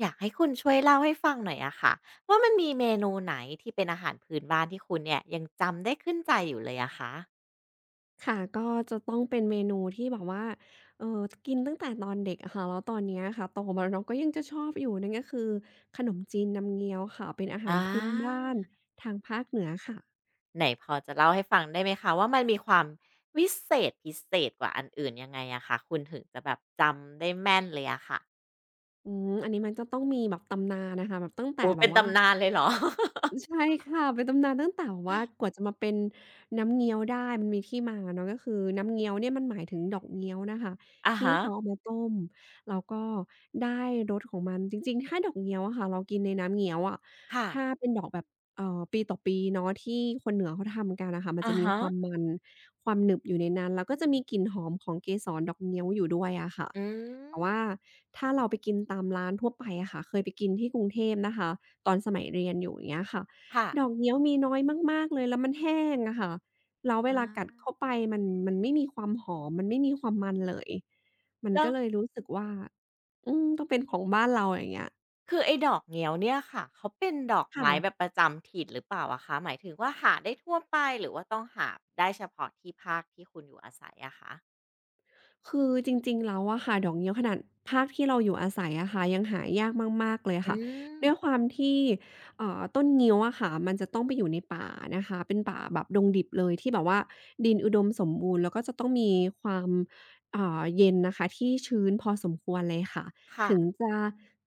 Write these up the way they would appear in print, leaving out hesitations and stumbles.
อยากให้คุณช่วยเล่าให้ฟังหน่อยอะค่ะว่ามันมีเมนูไหนที่เป็นอาหารพื้นบ้านที่คุณเนี่ยยังจำได้ขึ้นใจอยู่เลยอะคะค่ะก็จะต้องเป็นเมนูที่แบบว่าเอ่อกินตั้งแต่ตอนเด็กอะค่ะแล้วตอนเนี้ยค่ะโตมาแล้วเนาะก็ยังจะชอบอยู่นั่นก็คือขนมจีนน้ำเงี้ยวค่ะเป็นอาหารอาพื้นบ้านทางภาคเหนือค่ะไหนพอจะเล่าให้ฟังได้ไหมคะว่ามันมีความวิเศษพิเศษกว่าอันอื่นยังไงอะคะคุณถึงจะแบบจำได้แม่นเลยอะค่ะอืมอันนี้มันจะต้องมีแบบตำนานน่ะค่ะแบบตั้งแต่โอ้แบเป็บนว่า ตำนานเลยเหรอ ใช่ค่ะเป็นตำนานตั้งแต่แบบว่ากว่าจะมาเป็นน้ำเงี้ยวได้มันมีที่มาเนาะก็คือน้ำเงี้ยวเนี่ยมันหมายถึงดอกเงี้ยวนะคะอะที่ฮะเขาเอามาต้มแล้วก็ได้รสของมันจริงๆถ้าดอกเงี้ยวอะค่ะเรากินในน้ำเงี้ยวอะค่ะถ้าเป็นดอกแบบปีต่อปีเนาะที่คนเหนือเขาทำกันอะค่ะมันจะอะมีฮะความมันความหนึบอยู่ในนั้นแล้วก็จะมีกลิ่นหอมของเกสรดอกเงี้ยวอยู่ด้วยอะค่ะอืแต่ว่ามถ้าเราไปกินตามร้านทั่วไปอะค่ะเคยไปกินที่กรุงเทพนะคะ ตอนสมัยเรียนอยู่อย่างเงี้ยค่ะ ค่ะดอกเงี้ยวมีน้อยมากๆเลยแล้วมันแห้งอะค่ะแล้วเวลากัดอาเข้าไปมันไม่มีความหอมมันไม่มีความมันเลย มันแล้ก็ว เลยรู้สึกว่าอืมต้องเป็นของบ้านเราอย่างเงี้ยคือไอ้ดอกเงี้ยวเนี่ยค่ะเขาเป็นดอกค่ะ ไม้แบบประจำถิ่นหรือเปล่าอะคะหมายถึงว่าหาได้ทั่วไปหรือว่าต้องหาได้เฉพาะที่ภาคที่คุณอยู่อาศัยอะคะคือจริงๆแล้วอะค่ะดอกงิ้วขนาดภาคที่เราอยู่อาศัยอะค่ะยังหายากมากๆเลยอืค่ะมด้วยความที่ต้นงิ้วอะค่ะมันจะต้องไปอยู่ในป่านะคะเป็นป่าแบบดงดิบเลยที่แบบว่าดินอุดมสมบูรณ์แล้วก็จะต้องมีความเย็นนะคะที่ชื้นพอสมควรเลยค่ะค่ะถึงจะ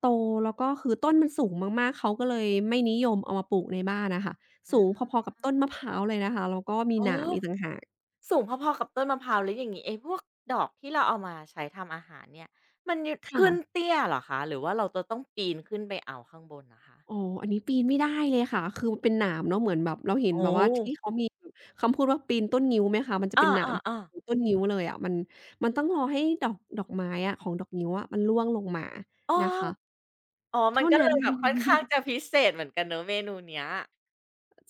โตแล้วก็คือต้นมันสูงมากๆเขาก็เลยไม่นิยมเอามาปลูกในบ้านอะค่ะสูงอพอๆกับต้นมะพร้าวเลยนะคะแล้วก็มี๋อหนามอีกต่างหากสูงพอๆกับต้นมะพร้าวแล้วอย่างงี้ไอ้พวกดอกที่เราเอามาใช้ทำอาหารเนี่ยมันขึ้นค่ะ เตี้ยเหรอคะหรือว่าเราจะต้องปีนขึ้นไปเอาข้างบนนะคะอ๋ออันนี้ปีนไม่ได้เลยค่ะ คือมันเป็นหนามเนาะเหมือนแบบเราเห็นโอ้แบบว่าที่เขามีคำพูดว่าปีนต้นงิ้วไหมคะมันจะอาเป็นหนาอ่ามอ้อต้นงิ้วเลยอะมันต้องรอให้ดอกไม้อะของดอกงิ้วอะมันร่วงลงมานะอคะอ๋อมันก็เลงั้ยนแบน่บค่อนข้างจะะ พิเศษเหมือนกันเนอะเมนูเนี้ย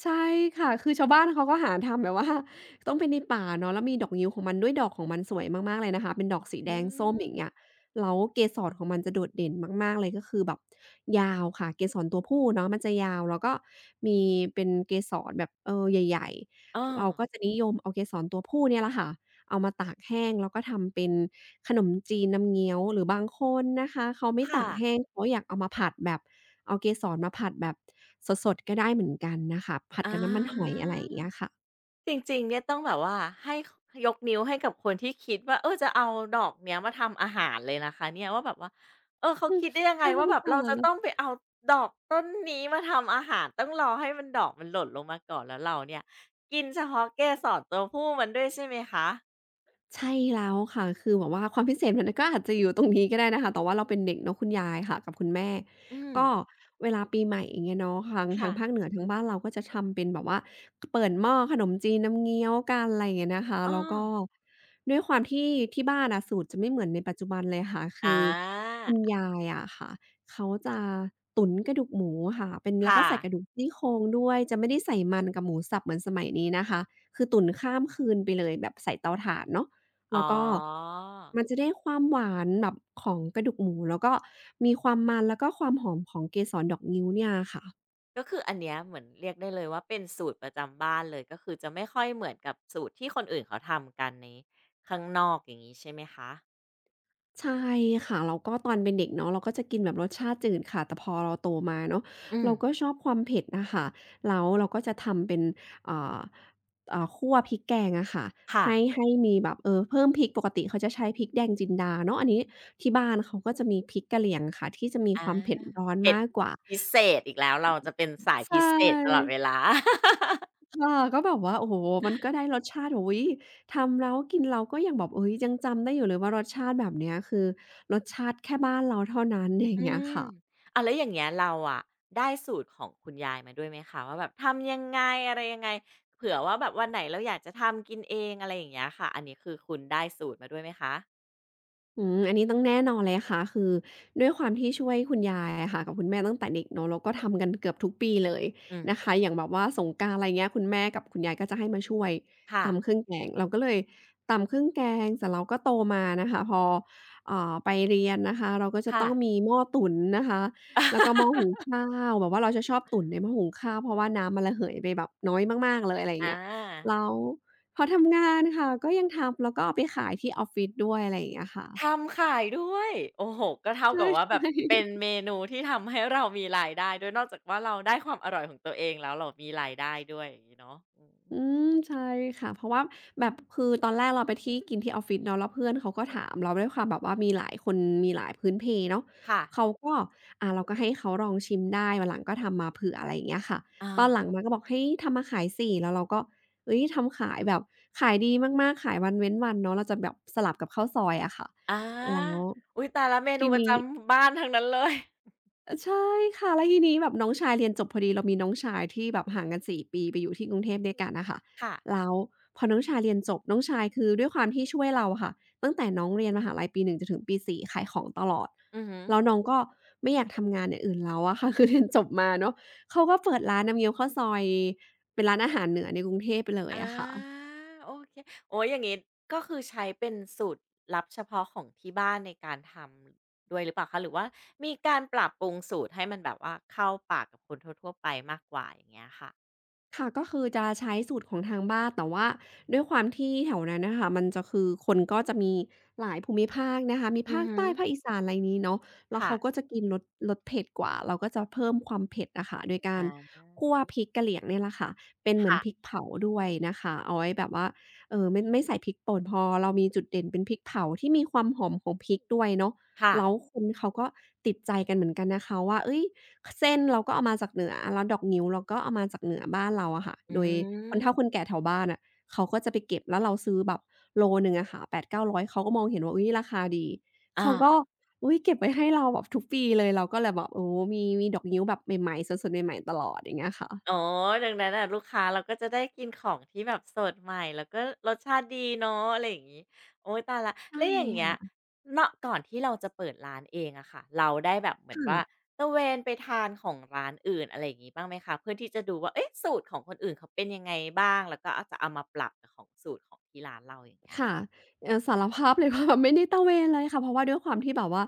ใช่ค่ะ คือชาวบ้านเขาก็หาทำแบบว่า ต้องเป็นในป่าเนาะแล้วมีดอกงิ้วของมันด้วยดอกของมันสวยมากๆเลยนะคะเป็นดอกสีอืแดงส้มอมย่างเงี้ยแล้วเกสรของมันจะโดดเด่นมากๆเลยก็คือแบบยาวค่ะเกสรตัวผู้เนาะมันจะยาว แล้วก็มีเป็นเกสรแบบเออใหญ่ออๆอเราก็จะนิยมเอาเกสรตัวผู้เนี่ยแหละค่ะเอามาตากแห้งแล้วก็ทำเป็นขนมจีนน้ำเงี้ยวหรือบางคนนะคะเขาไม่ตาค่ะ กแห้งเขาอยากเอามาผัดแบบ เอาเกสรมาผัดแบบสดๆก็ได้เหมือนกันน่ะค่ะผัดอากับน้ำมันหอยอะไรอย่างเงี้ยค่ะจริงๆเนี่ยต้องแบบว่าให้ยกนิ้วให้กับคนที่คิดว่าเออจะเอาดอกเนี้ยมาทำอาหารเลยนะคะเนี่ยว่าแบบว่าเออเขาอืม คิดได้ยัง ไงใช่ว่าแบบค่เราจะต้องะ ไปเอาดอกต้นนี้มาทำอาหารต้องรอให้มันดอกมันหล่นลงมาก่อนแล้วเราเนี่ยกินเฉพาะเกสรตัวผู้มันด้วยใช่ไหมคะใช่แล้วค่ะ คือแบบว่าความพิเศษมันก็อาจจะอยู่ตรงนี้ก็ได้นะคะแต่ว่าเราเป็นเด็กเนาะคุณยายค่ะกับคุณแม่ อืมก็เวลาปีใหม่อย่างเงี้ยเนาะทางทาค่ะงภาคเหนือทางบ้านเราก็จะทำเป็นแบบว่าเปิ่นหม้อขนมจีนน้ำเงี้ยวกันอะไรอย่างเงี้ยนะคะอ้อแล้วก็ด้วยความที่ที่บ้านอะสูตรจะไม่เหมือนในปัจจุบันเลยค่ะ คือาอคุณยายอะค่ะเขาจะตุ๋นกระดูกหมูค่ะเป็นแล้วก็ค่ะใส่กระดูกซี่โครงด้วยจะไม่ได้ใส่มันกับหมูสับเหมือนสมัยนี้นะคะคือตุ๋นข้ามคืนไปเลยแบบใส่เตาถ่านเนาะ แล้อ๋อ วก็มันจะได้ความหวานแบบของกระดูกหมูแล้วก็มีความมันแล้วก็ความหอมของเกสรดอกงิ้วเนี่ยค่ะก็คืออันเนี้ยเหมือนเรียกได้เลยว่าเป็นสูตรประจำบ้านเลยก็คือจะไม่ค่อยเหมือนกับสูตรที่คนอื่นเขาทำกันในข้างนอกอย่างนี้ใช่ไหมคะ ใช่ค่ะแล้วก็ตอนเป็นเด็กเนาะเราก็จะกินแบบรสชาติจืดค่ะแต่พอเราโตมาเนาะอืมเราก็ชอบความเผ็ดอะค่ะแล้วเราก็จะทำเป็นอ่าคั่วพริกแกงอะค่ะค่ะให้มีแบบเพิ่มพริกปกติเขาจะใช้พริกแดงจินดาเนาะอันนี้ที่บ้านเขาก็จะมีพริกกะเหรี่ยงค่ะที่จะมีคอาวามเผ็ดร้อนเผ็ดมากกว่าพิเศษอีกแล้วเราจะเป็นสายใชพิเศษตลอด่ เวลา ค่ะก็แบบว่าโอ้โฮมันก็ได้รสชาติอุ๊ยทำแล้วกินแล้วก็ยังแบบเฮ้ยยังจำได้อยู่เลยว่ารสชาติแบบเนี้ยคือรสชาติแค่บ้านเราเท่านั้น อย่างอืเงี้ยมค่ะ อ้าแล้วอย่างเงี้ยเราอะได้สูตรของคุณยายมาด้วยไหมคะว่าแบบทำยังไงอะไรยังไงเผื่อว่าแบบวันไหนเราอยากจะทำกินเองอะไรอย่างเงี้ยค่ะอันนี้คือคุณได้สูตรมาด้วยไหมคะอืมอันนี้ต้องแน่นอนเลยค่ะคือด้วยความที่ช่วยคุณยายอะค่ะกับคุณแม่ตั้งแต่เด็กเนาะแล้วก็ทำกันเกือบทุกปีเลยอืมนะคะอย่างแบบว่าสงกรานต์อะไรเงี้ยคุณแม่กับคุณยายก็จะให้มาช่วยค่ะตำเครื่องแกงเราก็เลยตำเครื่องแกงแต่เสราก็โตมานะคะพอไปเรียนนะคะเราก็จะค่ะ ต้องมีหม้อตุ๋นนะคะแล้วก็หม้อหุง ข้าวแบบว่าเราจะชอบตุ๋นในหม้อหุงข้าวเพราะว่าน้ำมันระเหยไปแบบน้อยมากๆเลยอะไรออย่างเงี้ยแล้าวพอทำงานค่ะก็ยังทำแล้วก็เอาไปขายที่ออฟฟิศด้วยอะไรอย่างเงี้ยค่ะ ทำขายด้วยโอ้โฮก็เท่ากัใช่ บว่าแบบเป็น ๆเมนูที่ทำให้เรามีรายได้ด้วยนอกจากว่าเราได้ความอร่อยของตัวเองแล้วเรามีรายได้ด้วยอย่างงี้เนาะอืมอืมใช่ค่ะเพราะว่าแบบคือตอนแรกเราไปที่กินที่ออฟฟิศเนาะแล้วเพื่อนเขาก็ถามแล้วด้วยความแบบว่ามีหลายคนมีหลายพื้นเพเนาะค่ะเขาก็เราก็ให้เขาลองชิมได้วันหลังก็ทำมาเผื่ออะไรอย่างเงี้ยค่ะอาตอนหลังมาก็บอกเฮ้ยทำมาขายสิแล้วเราก็เฮ้ยทำขายแบบขายดีมากๆขายวันเว้นวันเนาะเราจะแบบสลับกับข้าวซอยอะค่ะอาแล้วอุ๊ยตายแล้วเมนูทีประนี้ จำบ้านทั้งนั้นเลยเออใช่ค่ะแล้วทีนี้แบบน้องชายเรียนจบพอดีเรามีน้องชายที่แบบห่างกัน4ปีไปอยู่ที่กรุงเทพด้วยกันน่ะค่ะค่ะแล้วพอน้องชายเรียนจบน้องชายคือด้วยความที่ช่วยเราอะค่ะตั้งแต่น้องเรียนมหาลัยปี1จนถึงปี4ขายของตลอดอือฮึแล้วน้องก็ไม่อยากทำงานอย่างอื่นแล้วอะค่ะ คือเรียนจบมาเนาะเขาก็เปิดร้านน้ำเงี้ยวข้าวซอยเป็นร้านอาหารเหนือในกรุงเทพไปเลยออะาค่ะ โอเคโอ๊ยอย่างงี้ก็คือใช้เป็นสูตรลับเฉพาะของที่บ้านในการทำด้วยหรือเปล่าคะหรือว่ามีการปรับปรุงสูตรให้มันแบบว่าเข้าปากกับคนทั่วๆไปมากกว่าอย่างเงี้ยค่ะ ค่ะก็คือจะใช้สูตรของทางบ้านแต่ว่าด้วยความที่แถวนั้นน่ะค่ะมันจะคือคนก็จะมีหลายภูมิภาคนะคะมีอือภาคฮึใต้ภาคอีสานอะไรนี้เนาะแล้วค่ะเขาก็จะกินรสเผ็ดกว่าเราก็จะเพิ่มความเผ็ดอะค่ะโดยกาอราคั่วพริกกะเหรี่ยงเนี่ยแหละค่ะเป็นเหมือนพริกค่ะเผาด้วยนะคะเอาไว้แบบว่าไม่ใส่พริกป่นพอเรามีจุดเด่นเป็นพริกเผาที่มีความหอมของพริกด้วยเนาะค่ะแล้วคนเขาก็ติดใจกันเหมือนกันนะคะว่าเฮ้ย เส้นเราก็เอามาจากเหนือแล้วดอกงิ้วเราก็เอามาจากเหนือบ้านเราอะค่ะอืโดยคนมเฒ่าคนแก่แถวบ้านน่ะเขาก็จะไปเก็บแล้วเราซื้อแบบโลหนึ่งอะค่ะแปดเก้าร้อยเขาก็มองเห็นว่าอุ๊ยราคาดีอาเขาก็อุ๊ยเก็บไว้ให้เราแบบทุกปีเลยเราก็เลยแบบโอ้มีดอกงิ้วแบบใหม่ๆสดๆใหม่ๆตลอดอย่างเงี้ยค่ะอ๋อดังนั้นน่ะลูกค้าเราก็จะได้กินของที่แบบสดใหม่แล้วก็รสชาติดีเนาะอะไรอย่างงี้โอ๊ยตายแล้วใช่แล้วอย่างเงี้ยค่ะเนาะก่อนที่เราจะเปิดร้านเองอะค่ะเราได้แบบเหมือนว่าค่ะ ตระเวนไปทานของร้านอื่นอะไรอย่างงี้บ้างไหมคะเพื่อที่จะดูว่าเอ๊ะสูตรของคนอื่นเขาเป็นยังไงบ้างแล้วก็อาจจะเอามาปรับกับของสูตรของที่ร้านเราอย่างเงี้ยค่ะค่ะสารภาพเลยว่า ไม่ได้ตระเวนเลยค่ะเพราะว่าด้วยความที่แบบว่า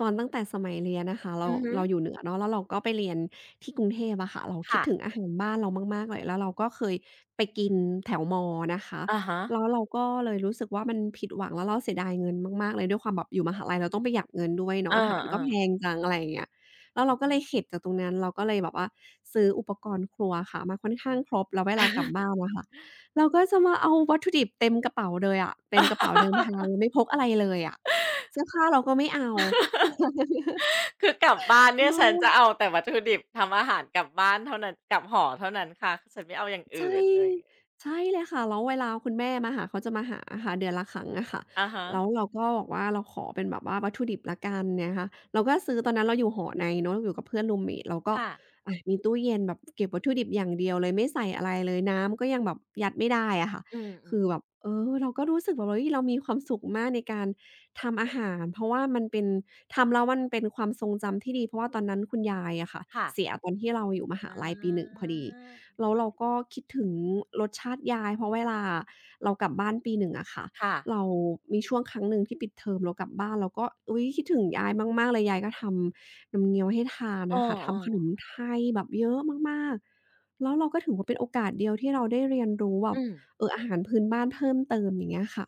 ตอนตั้งแต่สมัยเรียนนะคะเราอือฮึเราอยู่เหนือเนาะแล้วเราก็ไปเรียนที่กรุงเทพอะค่ะเราคิดค่ะถึงอาหารบ้านเรามากๆเลยแล้วเราก็เคยไปกินแถวมอนะคะอะฮะแล้วเราก็เลยรู้สึกว่ามันผิดหวังแล้วเราเสียดายเงินมากๆเลยด้วยความแบบอยู่มหาลัยเราต้องประหยัดเงินด้วยเอเนาะออาหารก็แพๆ งจังอะไรอย่างเงี้ยแล้วเราก็เลยเข็ดจากตรงนั้นเราก็เลยแบบว่าซื้ออุปกรณ์ครัวค่ะมาค่อนข้างครบแล้วเวลากลับบ้านอะค่ะ เราก็จะมาเอาวัตถุดิบเต็มกระเป๋าเลยอะเต็มกระเป๋าเดิน ทางไม่พกอะไรเลยอะเสื้อผ้าเราก็ไม่เอา คือกลับบ้านเนี่เอยฉันจะอ เอาแต่วัตถุดิบทำอาหารกลับบ้านเท่านั้นกลับหอเท่านั้นค่ะฉันไม่เอาอย่างใช่อื่นอะไรอย่างเงี้ยใช่เลยค่ะแล้วเวลาคุณแม่มาหาเขาจะมาหาอะค่ะเดือนละครั้งอะค่ะอะฮะแล้วเราก็บอกว่าเราขอเป็นแบบว่าวัตถุดิบแล้วกันเนี่ยนะคะเราก็ซื้อตอนนั้นเราอยู่หอในเนาะอยู่กับเพื่อนรูมเมตเราก็ค่ะอะมีตู้เย็นแบบเก็บวัตถุดิบอย่างเดียวเลยไม่ใส่อะไรเลยน้ำก็ยังแบบยัดไม่ได้อะค่ะอืมคือแบๆบเออเราก็รู้สึกแบบเฮ้ยเรามีความสุขมากในการทำอาหารเพราะว่ามันเป็นทำแล้วมันเป็นความทรงจำที่ดีเพราะว่าตอนนั้นคุณยายอะค่ะค่ะเสียตอนที่เราอยู่มหาอาลัยปี1พอดี แล้วเราก็คิดถึงรสชาติยายเพราะเวลาเรากลับบ้านปีหนึ่งอะค่ะค่ะเรามีช่วงครั้งหนึ่งที่ปิดเทอมเรากลับบ้านเราก็อุ๊ยคิดถึงยายมากๆเลยยายก็ทำนมเงี้ยวให้ทานเน่ะค่ะทำขนออมไทยแบบเยอะมากๆแล้วเราก็ถือว่าเป็นโอกาสเดียวที่เราได้เรียนรู้แบๆบอืมอาหารพื้นบ้านเพิ่มเติมอย่างเงี้ยค่ะ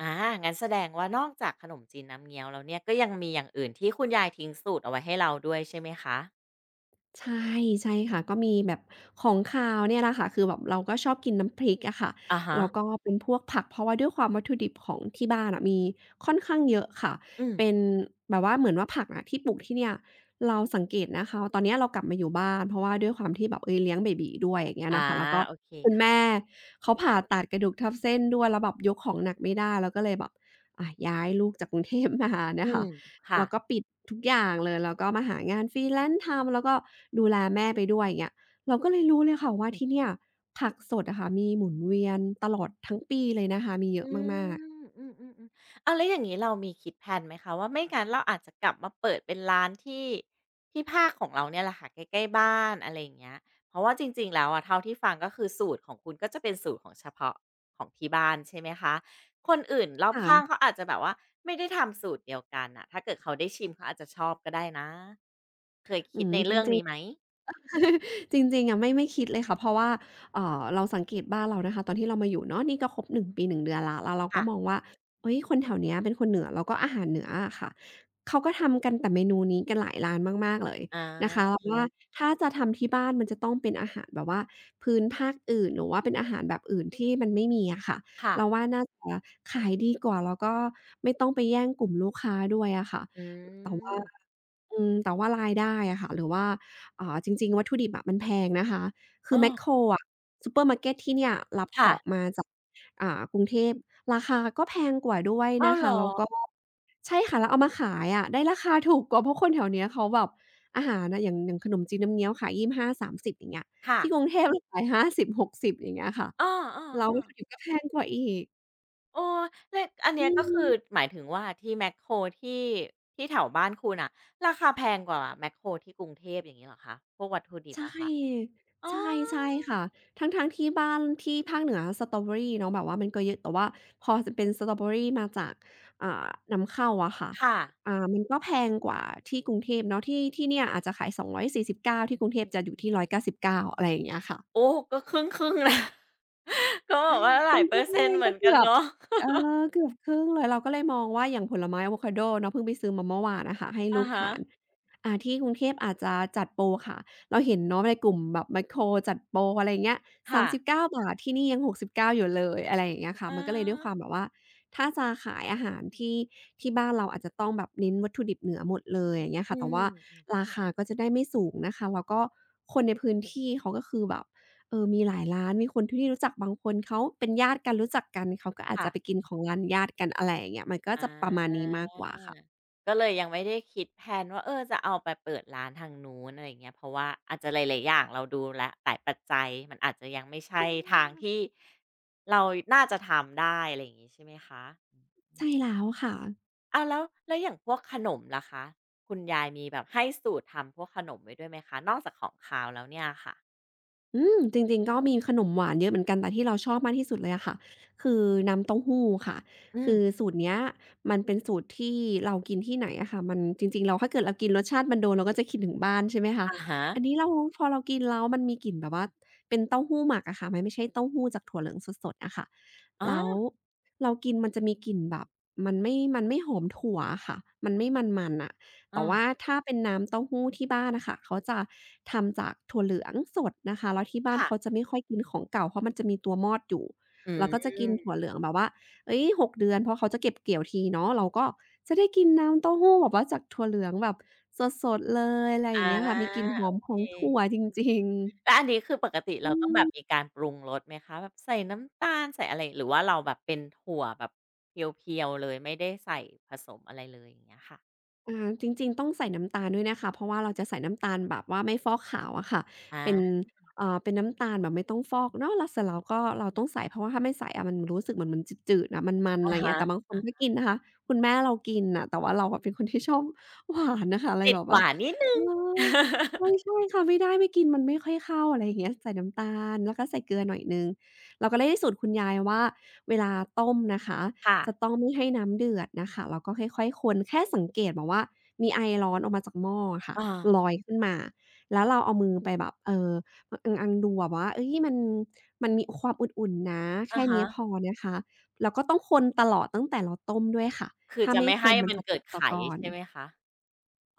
อางั้นแสดงว่านอกจากขนมจีนน้ำเงี้ยวแล้วเนี่ยก็ยังมีอย่างอื่นที่คุณยายทิ้งสูตรเอาไว้ให้เราด้วยใช่ไหมคะใช่ใช่ค่ะก็มีแบบของคาวเนี่ยแหละค่ะคือแบบเราก็ชอบกินน้ำพริกอะค่ะอะฮะแล้วก็เป็นพวกผักเพราะว่าด้วยความวัตถุดิบของที่บ้านอะมีค่อนข้างเยอะค่ะอืมเป็นแบบว่าเหมือนว่าผักอะที่ปลูกที่เนี่ยเราสังเกตนะคะตอนเนี้ยเรากลับมาอยู่บ้านเพราะว่าด้วยความที่แบบเอ๊ยเลี้ยงเบบี๋ด้วยอย่างเงี้ยอานะคะแล้วก็โอเคคุณค่ะแม่เขาผ่าตัดกระดูกทับเส้นด้วยแล้วแบบยกของหนักไม่ได้เราก็เลยแบบอะย้ายลูกจากกรุงเทพ มานะอืคะ มค่ะ เราก็ปิดทุกอย่างเลยแล้วก็มาหางาน freelance ทำแล้วก็ดูแลแม่ไปด้วยอย่างเงี้ยเราก็เลยรู้เลยค่ะว่าที่เนี่ยผักสดอะค่ะมีหมุนเวียนตลอดทั้งปีเลยนะคะมีเยอะอืมากๆมอืมอืมอมอ้าวแล้วอย่างงี้เรามีคิดแพลนไหมคะว่าไม่งั้นเราอาจจะกลับมาเปิดเป็นร้านที่ที่ภาคของเราเนี่ยแหละค่ะใกล้ๆบ้านอะไรอย่างเงี้ยเพราะว่าจริงๆแล้วอะเท่าที่ฟังก็คือสูตรของคุณก็จะเป็นสูตรของเฉพาะของที่บ้านใช่ไหมคะคนอื่นรอบค่ะข้างเขาอาจจะแบบว่าไม่ได้ทำสูตรเดียวกันน่ะถ้าเกิดเขาได้ชิมเขาอาจจะชอบก็ได้นะเคยอืคิดมในจเรื่องริงนี้ไหมๆ จริงๆอะไม่คิดเลยค่ะเพราะว่าเราสังเกตบ้านเรานะคะตอนที่เรามาอยู่เนาะนี่ก็ครบหนึ่งปีหนึ่งเดือนแล้วแล้วเราก็ค่ะมองว่าเฮ้ยคนแถวเนี้ยเป็นคนเหนือแล้วก็อาหารเหนืออะค่ะเขาก็ทำกันแต่เมนูนี้กันหลายร้านมากๆเลยอนะคะาเราว่าถ้าจะทำที่บ้านมันจะต้องเป็นอาหารแบบว่าพื้นภาคอื่นหรือว่าเป็นอาหารแบบอื่นที่มันไม่มีอะค่ะค่ะเราว่าน่าจะขายดีกว่าแล้วก็ไม่ต้องไปแย่งกลุ่มลูกค้าด้วยอะค่ะ อืแต่ว่ามอืมแต่ว่ารายได้อะค่ะหรือว่าจริงๆวัตถุดิบอะมันแพงนะคะคืออ้อแมคโครอะซูเปอร์มาร์เก็ตที่เนี่ยรับขค่ะองมาจากกรุงเทพราคาก็แพงกว่าด้วยอ้าวนะเหรคะอแล้วก็ใช่ค่ะแล้วเอามาขายอะได้ราคาถูกกว่าเพราะคนแถวเนี้ยเขาแบบอาหารอะอย่างขนมจีนน้ำเงี้ยวขายยี่บห้าสาม5 3 0อย่างเงี้ยค่ะที่กรุงเทพเราขาย50-60อย่างเงี้ยค่ะเอแล้ววัอๆ ตถุดิบก็แพงกว่าอีกโอ้เลขอันเนี้อืยก็คืม อหมายถึงว่าที่แมคโครที่ที่แถวบ้านคุณน่ะราคาแพงกว่าแมคโครที่กรุงเทพอย่างงี้เหรอคะพวกวัตถุดิใชบอะค่ะ่ อ๋อใช่ ใช่ค่ะ ทั้งๆที่บ้านที่ภาคเหนือสตรอเบอรี่เนาะแบบว่ามันก็เยอะแต่ว่าพอจะเป็นสตรอเบอรี่มาจากอ่านำเข้าอะค่ะค่ะมันก็แพงกว่าที่กรุงเทพเนาะที่ที่เนี่ยอาจจะขาย249ที่กรุงเทพจะอยู่ที่199อยเก้าสิบเก้าอะไรอย่างเงี้ยค่ะ โอ้ก็ครึ่งๆนะ ก็แบบว่าหลามัยนเปอก็ร์แพเซ็นต์งเหมืก็อนกันเกือบเนาะเอเกือบครึ่งเลยเราก็เลยมองว่าอย่างผลไม้อะโวคาโดเนาะเพิ่งไปซื้อมาเมื่อวานอะค่ะให้อะลูกฮะทานที่กรุงเทพอาจจะจัดโปรค่ะเราเห็นเนาะในกลุ่มแบบแมคโครจัดโปรอะไรอย่างเงี้ยสาค่ะมสิบเก้าบาทที่นี่ยังหกสิบเก้าอยู่เลยอะไรอย่างเงี้ยค่ะเออมันก็เลยด้วยความแบบว่าถ้าจะขายอาหารที่ที่บ้านเราอาจจะต้องแบบเน้นวัตถุดิบเหนือหมดเลยอย่างเงี้ยอืค่ะแต่ว่ามๆราคาก็จะได้ไม่สูงนะคะแล้วก็คนในพื้นที่เขาก็คือแบบ เออ มีหลายร้าน มีคนที่รู้จักบางคนเขาเป็นญาติกันรู้จักกัน เขาก็อาจค่ะ จะไปกินของร้านญาติกันอะไรอย่างเงี้ยมันก็จะประอามาณนี้มากกว่าค่ะก็เลยยังไม่ได้คิดแพลนว่าเออจะเอาไปเปิดร้านทางนู้นอะไรอย่างเงี้ยเพราะว่าอาจจะหลายๆอย่างเราดูแล้วหลายปัจจัยมันอาจจะยังไม่ใช่ใช่ทางที่เราน่าจะทำได้อะไรอย่างงี้ใช่ไหมคะใช่แล้วค่ะ อ้าวแล้วแล้วอย่างพวกขนมล่ะคะคุณยายมีแบบให้สูตรทำพวกขนมไว้ด้วยไหมคะนอกจากของคาวแล้วเนี่ยค่ะอืมจริงๆก็มีขนมหวานเยอะเหมือนกันแต่ที่เราชอบมากที่สุดเลยอะค่ะคือน้ำเต้าหู้ค่ะอืคือมสูตรเนี้ยมันเป็นสูตรที่เรากินที่ไหนอะค่ะมันจริงๆแล้วถ้าเกิดเรากินรสชาติมันโดนเราก็จะคิดถึงบ้านใช่ไหมคะอะฮะอันนี้เราพอเรากินแล้วมันมีกลิ่นแบบว่าเป็นเต้าหู้หมักอะค่ะมันไม่ใช่เต้าหู้จากถั่วเหลืองสดๆอะค่ะอ๋อแล้วเรากินมันจะมีกลิ่นแบบมันไม่หอมถั่วอะค่ะมันไม่มันๆอะ อแต่ว่าอถ้าเป็นน้ำเต้าหู้ที่บ้านน่ะค่ะเขาจะทำจากถั่วเหลืองสดนะคะแล้วที่บ้านค่ะเขาจะไม่ค่อยกินของเก่าเพราะมันจะมีตัวมอดอยู่อืเราก็จะกินถั่วมเหลืองแบบว่าเฮ้ยหกเดือนเพราะเขาจะเก็บเกี่ยวทีเนาะเราก็จะได้กินน้ำเต้าหู้แบบว่าจากถั่วเหลืองแบบสดๆเลยอะไรออาย่างเงี้ยค่ะมีกลิ่นหอโอมขเค องถั่วจริงๆแล้วอันนี้คือปกติอืเราต้องแบม บมีการปรุงรสไหมคะแบบใส่น้ำตาลใส่อะไรหรือว่าเราแบบเป็นถั่วแบบเพียวๆเลยไม่ได้ใส่ผสมอะไรเลยอย่างเงี้ยค่ะอาจริงๆต้องใส่น้ำตาลด้วยนะคะเพราะว่าเราจะใส่น้ำตาลแบบว่าไม่ฟอกขาวอะค่ะอาเป็นเป็นน้ำตาลแบบไม่ต้องฟอกเนาะแล้วเสร็จแล้วก็เราต้องใส่เพราะว่าถ้าไม่ใส่อะมันรู้สึกเหมือนมันจืดๆอะมันๆอะอะไรอย่างเงี้ยแต่บางฮะคนก็กินนะคะคุณแม่เรากินน่ะแต่ว่าเราอะเป็นคนที่ชอบหวานน่ะค่ะเลยติดแบบหว่าวานนิดหเอนึ่อง ใช่ๆค่ะไม่ได้ไม่กินมันไม่ค่อยเข้าอะไรอย่างเงี้ยใส่น้ำตาลแล้วก็ใส่เกลือหน่อยหนึ่งเราก็ได้สูตรคุณยายว่าเวลาต้มนะคะ ค่ะจะต้องไม่ให้น้ำเดือดนะคะแล้วก็ค่อยๆคนแค่สังเกตแบบว่ามีไอร้อนออกมาจากหม้ออะค่ะอาลอยขึ้นมาแล้วเราเอามือไปแบบอังๆดูอะว่าเฮ้ยมันมีความอุ่นๆนะอะแค่นี้ฮะพอนะคะแล้วก็ต้องคนตลอดตั้งแต่เราต้มด้วยค่ะคือถ้าจะไม่ไม่คให้นมันมันจะตเกิดกไขตะกอนใช่ไหมคะ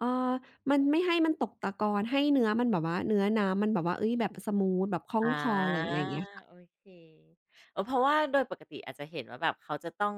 เอ่อมันไม่ให้มันตกตะกอนให้เนื้อมันแบบว่าเนื้อน้ำมันแบบว่าเฮ้ยแบบสมูทแบบคล่องอาคอเลยอะไรอย่างเงี้ยค่ะโอเคเออเพราะว่าโดยปกติอาจจะเห็นว่าแบบเขาจะต้อง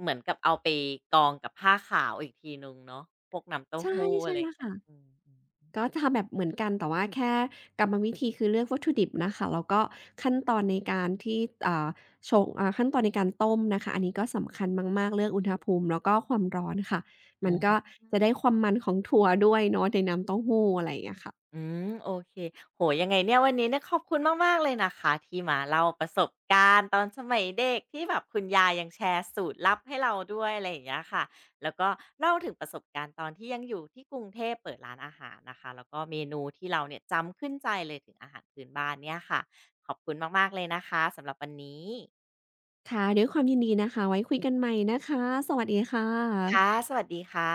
เหมือนกับเอาไปกองกับผ้าขาวอีกทีหนึ่งเนาะพวกน้ำเต้าใช่หู้อะใช่ไรอแล้ย่าวงเงี้ยค่ะ อืมๆๆก็จะทำแบบเหมือนกันแต่ว่าแค่กรรมวิธีคือเลือกวัตถุดิบนะคะแล้วก็ขั้นตอนในการที่อ่าชงอ่าขั้นตอนในการต้มนะคะอันนี้ก็สำคัญมากๆเรื่องอุณหภูมิแล้วก็ความร้อนค่ะมันก็อา จะได้ความมันของถั่วด้วยเนาะในน้ำเต้าหู้อะไรอย่างเงี้ยค่ะอืมโอเคโหยังไงเนี่ยวันนี้เนี่ยขอบคุณมากๆเลยนะคะที่มาเล่าประสบการณ์ตอนสมัยเด็กที่แบบคุณยายยังแชร์สูตรลับให้เราด้วยอะไรอย่างเงี้ยค่ะแล้วก็เล่าถึงประสบการณ์ตอนที่ยังอยู่ที่กรุงเทพเปิดร้านอาหารนะคะแล้วก็เมนูที่เราเนี่ยจำขึ้นใจเลยถึงอาหารพื้นบ้านเนี่ยค่ะขอบคุณมากๆเลยนะคะสำหรับวันนี้ค่ะด้วยความยินดีนะคะไว้คุยกันใหม่นะคะสวัสดีค่ค่ะะสวัสดีค่ะ